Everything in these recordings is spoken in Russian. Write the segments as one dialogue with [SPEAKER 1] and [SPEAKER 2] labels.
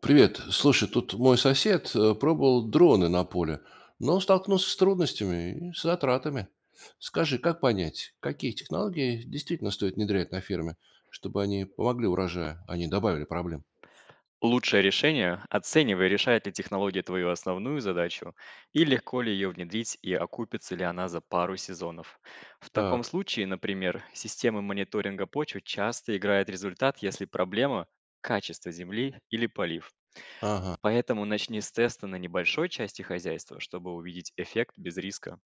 [SPEAKER 1] Привет. Слушай, тут мой сосед пробовал дроны на поле, но столкнулся с трудностями и с затратами. Скажи, как понять, какие технологии действительно стоит внедрять на ферме, чтобы они помогли урожаю, а не добавили проблем?
[SPEAKER 2] Лучшее решение – оценивай, решает ли технология твою основную задачу и легко ли ее внедрить и окупится ли она за пару сезонов. В таком
[SPEAKER 1] Так,
[SPEAKER 2] случае, например, системы мониторинга почвы часто играет результат, если проблема – качество земли или полив.
[SPEAKER 1] ага,
[SPEAKER 2] Поэтому начни с теста на небольшой части хозяйства, чтобы увидеть эффект без риска.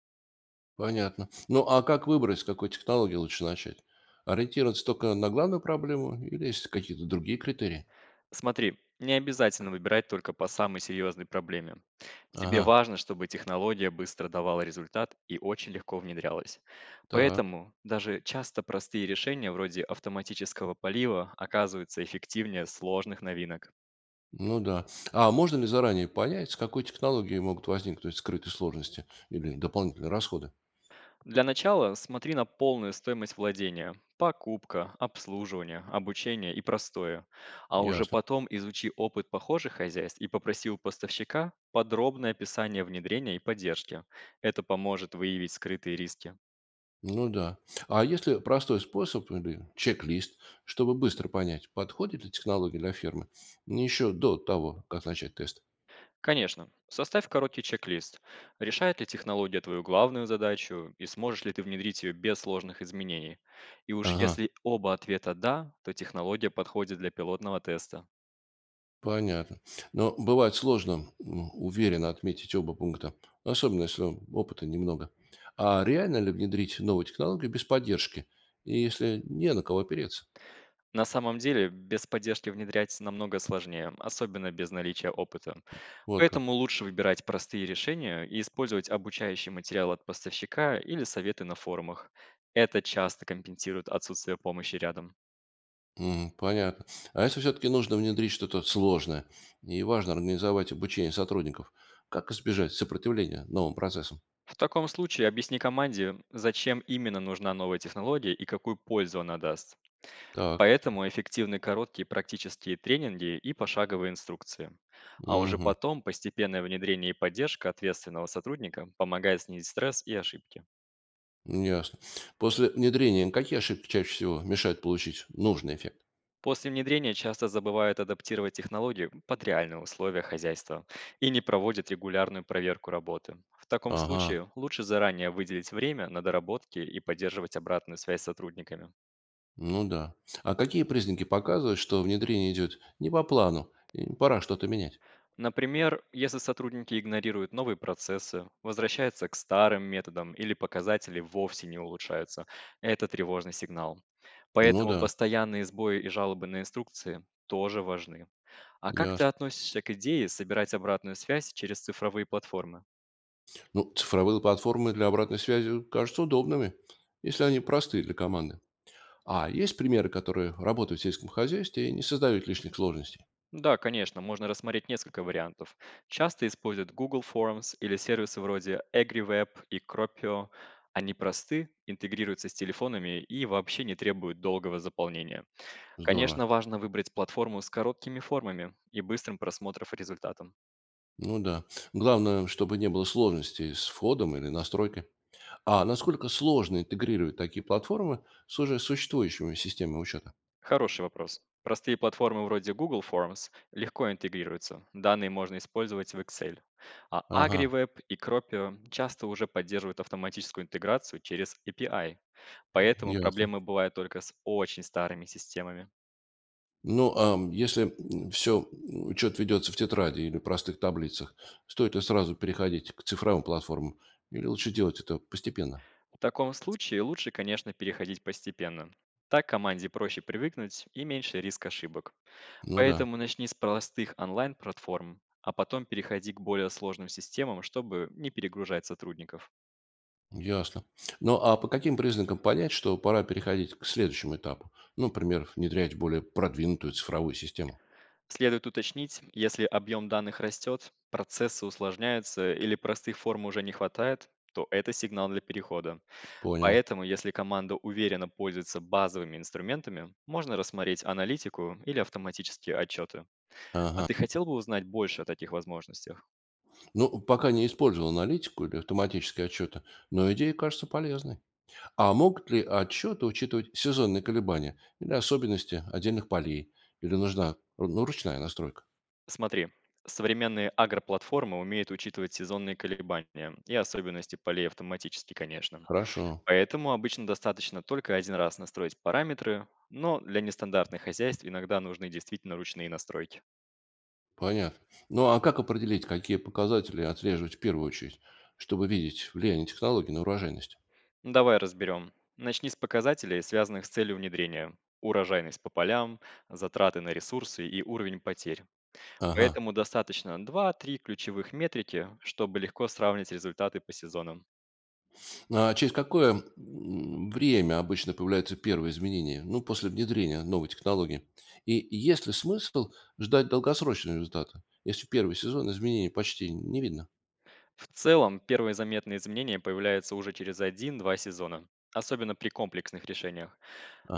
[SPEAKER 1] понятно. Ну, а как выбрать, с какой технологии лучше начать? Ориентироваться только на главную проблему или есть какие-то другие критерии?
[SPEAKER 2] Смотри, не обязательно выбирать только по самой серьезной проблеме. Тебе
[SPEAKER 1] Ага,
[SPEAKER 2] важно, чтобы технология быстро давала результат и очень легко внедрялась.
[SPEAKER 1] так,
[SPEAKER 2] Поэтому даже часто простые решения вроде автоматического полива оказываются эффективнее сложных новинок.
[SPEAKER 1] ну да. А можно ли заранее понять, с какой технологией могут возникнуть скрытые сложности или дополнительные расходы?
[SPEAKER 2] Для начала смотри на полную стоимость владения, покупка, обслуживание, обучение и простое. А уже
[SPEAKER 1] Ясно.
[SPEAKER 2] потом изучи опыт похожих хозяйств и попроси у поставщика подробное описание внедрения и поддержки. Это поможет выявить скрытые риски.
[SPEAKER 1] Ну да. А если простой способ или чек-лист, чтобы быстро понять, подходит ли технология для фермы, еще до того, как начать тест?
[SPEAKER 2] Конечно, составь короткий чек-лист. Решает ли технология твою главную задачу и сможешь ли ты внедрить ее без сложных изменений? И уж
[SPEAKER 1] Ага,
[SPEAKER 2] если оба ответа «да», то технология подходит для пилотного теста.
[SPEAKER 1] понятно. Но бывает сложно уверенно отметить оба пункта, особенно если опыта немного. А реально ли внедрить новую технологию без поддержки, и если не на кого опереться?
[SPEAKER 2] На самом деле, без поддержки внедрять намного сложнее, особенно без наличия опыта.
[SPEAKER 1] Вот как.
[SPEAKER 2] Поэтому лучше выбирать простые решения и использовать обучающий материал от поставщика или советы на форумах. Это часто компенсирует отсутствие помощи рядом.
[SPEAKER 1] Мгм. Понятно. А если все-таки нужно внедрить что-то сложное и важно организовать обучение сотрудников, как избежать сопротивления новым процессам?
[SPEAKER 2] В таком случае объясни команде, зачем именно нужна новая технология и какую пользу она даст.
[SPEAKER 1] Так,
[SPEAKER 2] Поэтому эффективны короткие практические тренинги и пошаговые инструкции. А уже
[SPEAKER 1] мгм,
[SPEAKER 2] потом постепенное внедрение и поддержка ответственного сотрудника помогает снизить стресс и ошибки.
[SPEAKER 1] ясно. После внедрения какие ошибки чаще всего мешают получить нужный эффект?
[SPEAKER 2] После внедрения часто забывают адаптировать технологии под реальные условия хозяйства и не проводят регулярную проверку работы. В таком
[SPEAKER 1] Ага,
[SPEAKER 2] случае лучше заранее выделить время на доработки и поддерживать обратную связь с сотрудниками.
[SPEAKER 1] ну да. А какие признаки показывают, что внедрение идет не по плану и пора что-то менять?
[SPEAKER 2] Например, если сотрудники игнорируют новые процессы, возвращаются к старым методам или показатели вовсе не улучшаются, это тревожный сигнал.
[SPEAKER 1] Ну
[SPEAKER 2] Поэтому
[SPEAKER 1] да,
[SPEAKER 2] постоянные сбои и жалобы на инструкции тоже важны. А как ты
[SPEAKER 1] ясно.
[SPEAKER 2] относишься к идее собирать обратную связь через цифровые платформы?
[SPEAKER 1] Ну, цифровые платформы для обратной связи кажутся удобными, если они простые для команды. А есть примеры, которые работают в сельском хозяйстве и не создают лишних сложностей?
[SPEAKER 2] Да, конечно, можно рассмотреть несколько вариантов. Часто используют Google Forms или сервисы вроде AgriWeb и Cropio. Они просты, интегрируются с телефонами и вообще не требуют долгого заполнения.
[SPEAKER 1] Здорово.
[SPEAKER 2] Конечно, важно выбрать платформу с короткими формами и быстрым просмотром результатом.
[SPEAKER 1] Ну да. Главное, чтобы не было сложностей с входом или настройкой. А насколько сложно интегрировать такие платформы с уже существующими системами учета?
[SPEAKER 2] Хороший вопрос. Простые платформы вроде Google Forms легко интегрируются. Данные можно использовать в Excel. А
[SPEAKER 1] Ага,
[SPEAKER 2] AgriWeb и Cropio часто уже поддерживают автоматическую интеграцию через API. Поэтому
[SPEAKER 1] ясно.
[SPEAKER 2] проблемы бывают только с очень старыми системами.
[SPEAKER 1] Ну, а если все учет ведется в тетради или простых таблицах, стоит ли сразу переходить к цифровым платформам? Или лучше делать это постепенно?
[SPEAKER 2] В таком случае лучше, конечно, переходить постепенно. Так команде проще привыкнуть и меньше риск ошибок.
[SPEAKER 1] Ну да.
[SPEAKER 2] Поэтому начни с простых онлайн-платформ, а потом переходи к более сложным системам, чтобы не перегружать сотрудников.
[SPEAKER 1] Ясно. Ну, а по каким признакам понять, что пора переходить к следующему этапу? Ну, например, внедрять более продвинутую цифровую систему.
[SPEAKER 2] Следует уточнить, если объем данных растет, процессы усложняются или простых форм уже не хватает, то это сигнал для перехода.
[SPEAKER 1] Понял.
[SPEAKER 2] Поэтому, если команда уверенно пользуется базовыми инструментами, можно рассмотреть аналитику или автоматические отчеты. А
[SPEAKER 1] Ага.
[SPEAKER 2] ты хотел бы узнать больше о таких возможностях?
[SPEAKER 1] Ну, пока не использовал аналитику или автоматические отчеты, но идея кажется полезной. А могут ли отчеты учитывать сезонные колебания или особенности отдельных полей? Или нужна, ну, ручная настройка?
[SPEAKER 2] Смотри, современные агроплатформы умеют учитывать сезонные колебания и особенности полей автоматически, конечно.
[SPEAKER 1] Хорошо,
[SPEAKER 2] Поэтому обычно достаточно только один раз настроить параметры, но для нестандартных хозяйств иногда нужны действительно ручные настройки.
[SPEAKER 1] понятно. Ну, а как определить, какие показатели отслеживать в первую очередь, чтобы видеть влияние технологий на урожайность?
[SPEAKER 2] Ну, давай разберем. Начни с показателей, связанных с целью внедрения. Урожайность по полям, затраты на ресурсы и уровень потерь.
[SPEAKER 1] Ага.
[SPEAKER 2] Поэтому достаточно 2-3 ключевых метрики, чтобы легко сравнить результаты по сезонам.
[SPEAKER 1] А через какое время обычно появляются первые изменения, ну, после внедрения новой технологии? И есть ли смысл ждать долгосрочного результата, если в первый сезон изменений почти не видно?
[SPEAKER 2] В целом, первые заметные изменения появляются уже через один-два сезона, особенно при комплексных решениях.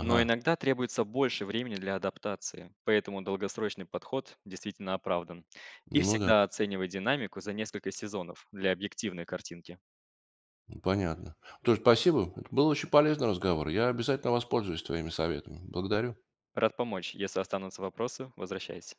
[SPEAKER 2] Но иногда требуется больше времени для адаптации, поэтому долгосрочный подход действительно оправдан. И
[SPEAKER 1] ну да,
[SPEAKER 2] всегда оценивай динамику за несколько сезонов для объективной картинки.
[SPEAKER 1] понятно. Тоже спасибо. Это был очень полезный разговор. Я обязательно воспользуюсь твоими советами. Благодарю.
[SPEAKER 2] Рад помочь. Если останутся вопросы, возвращайся.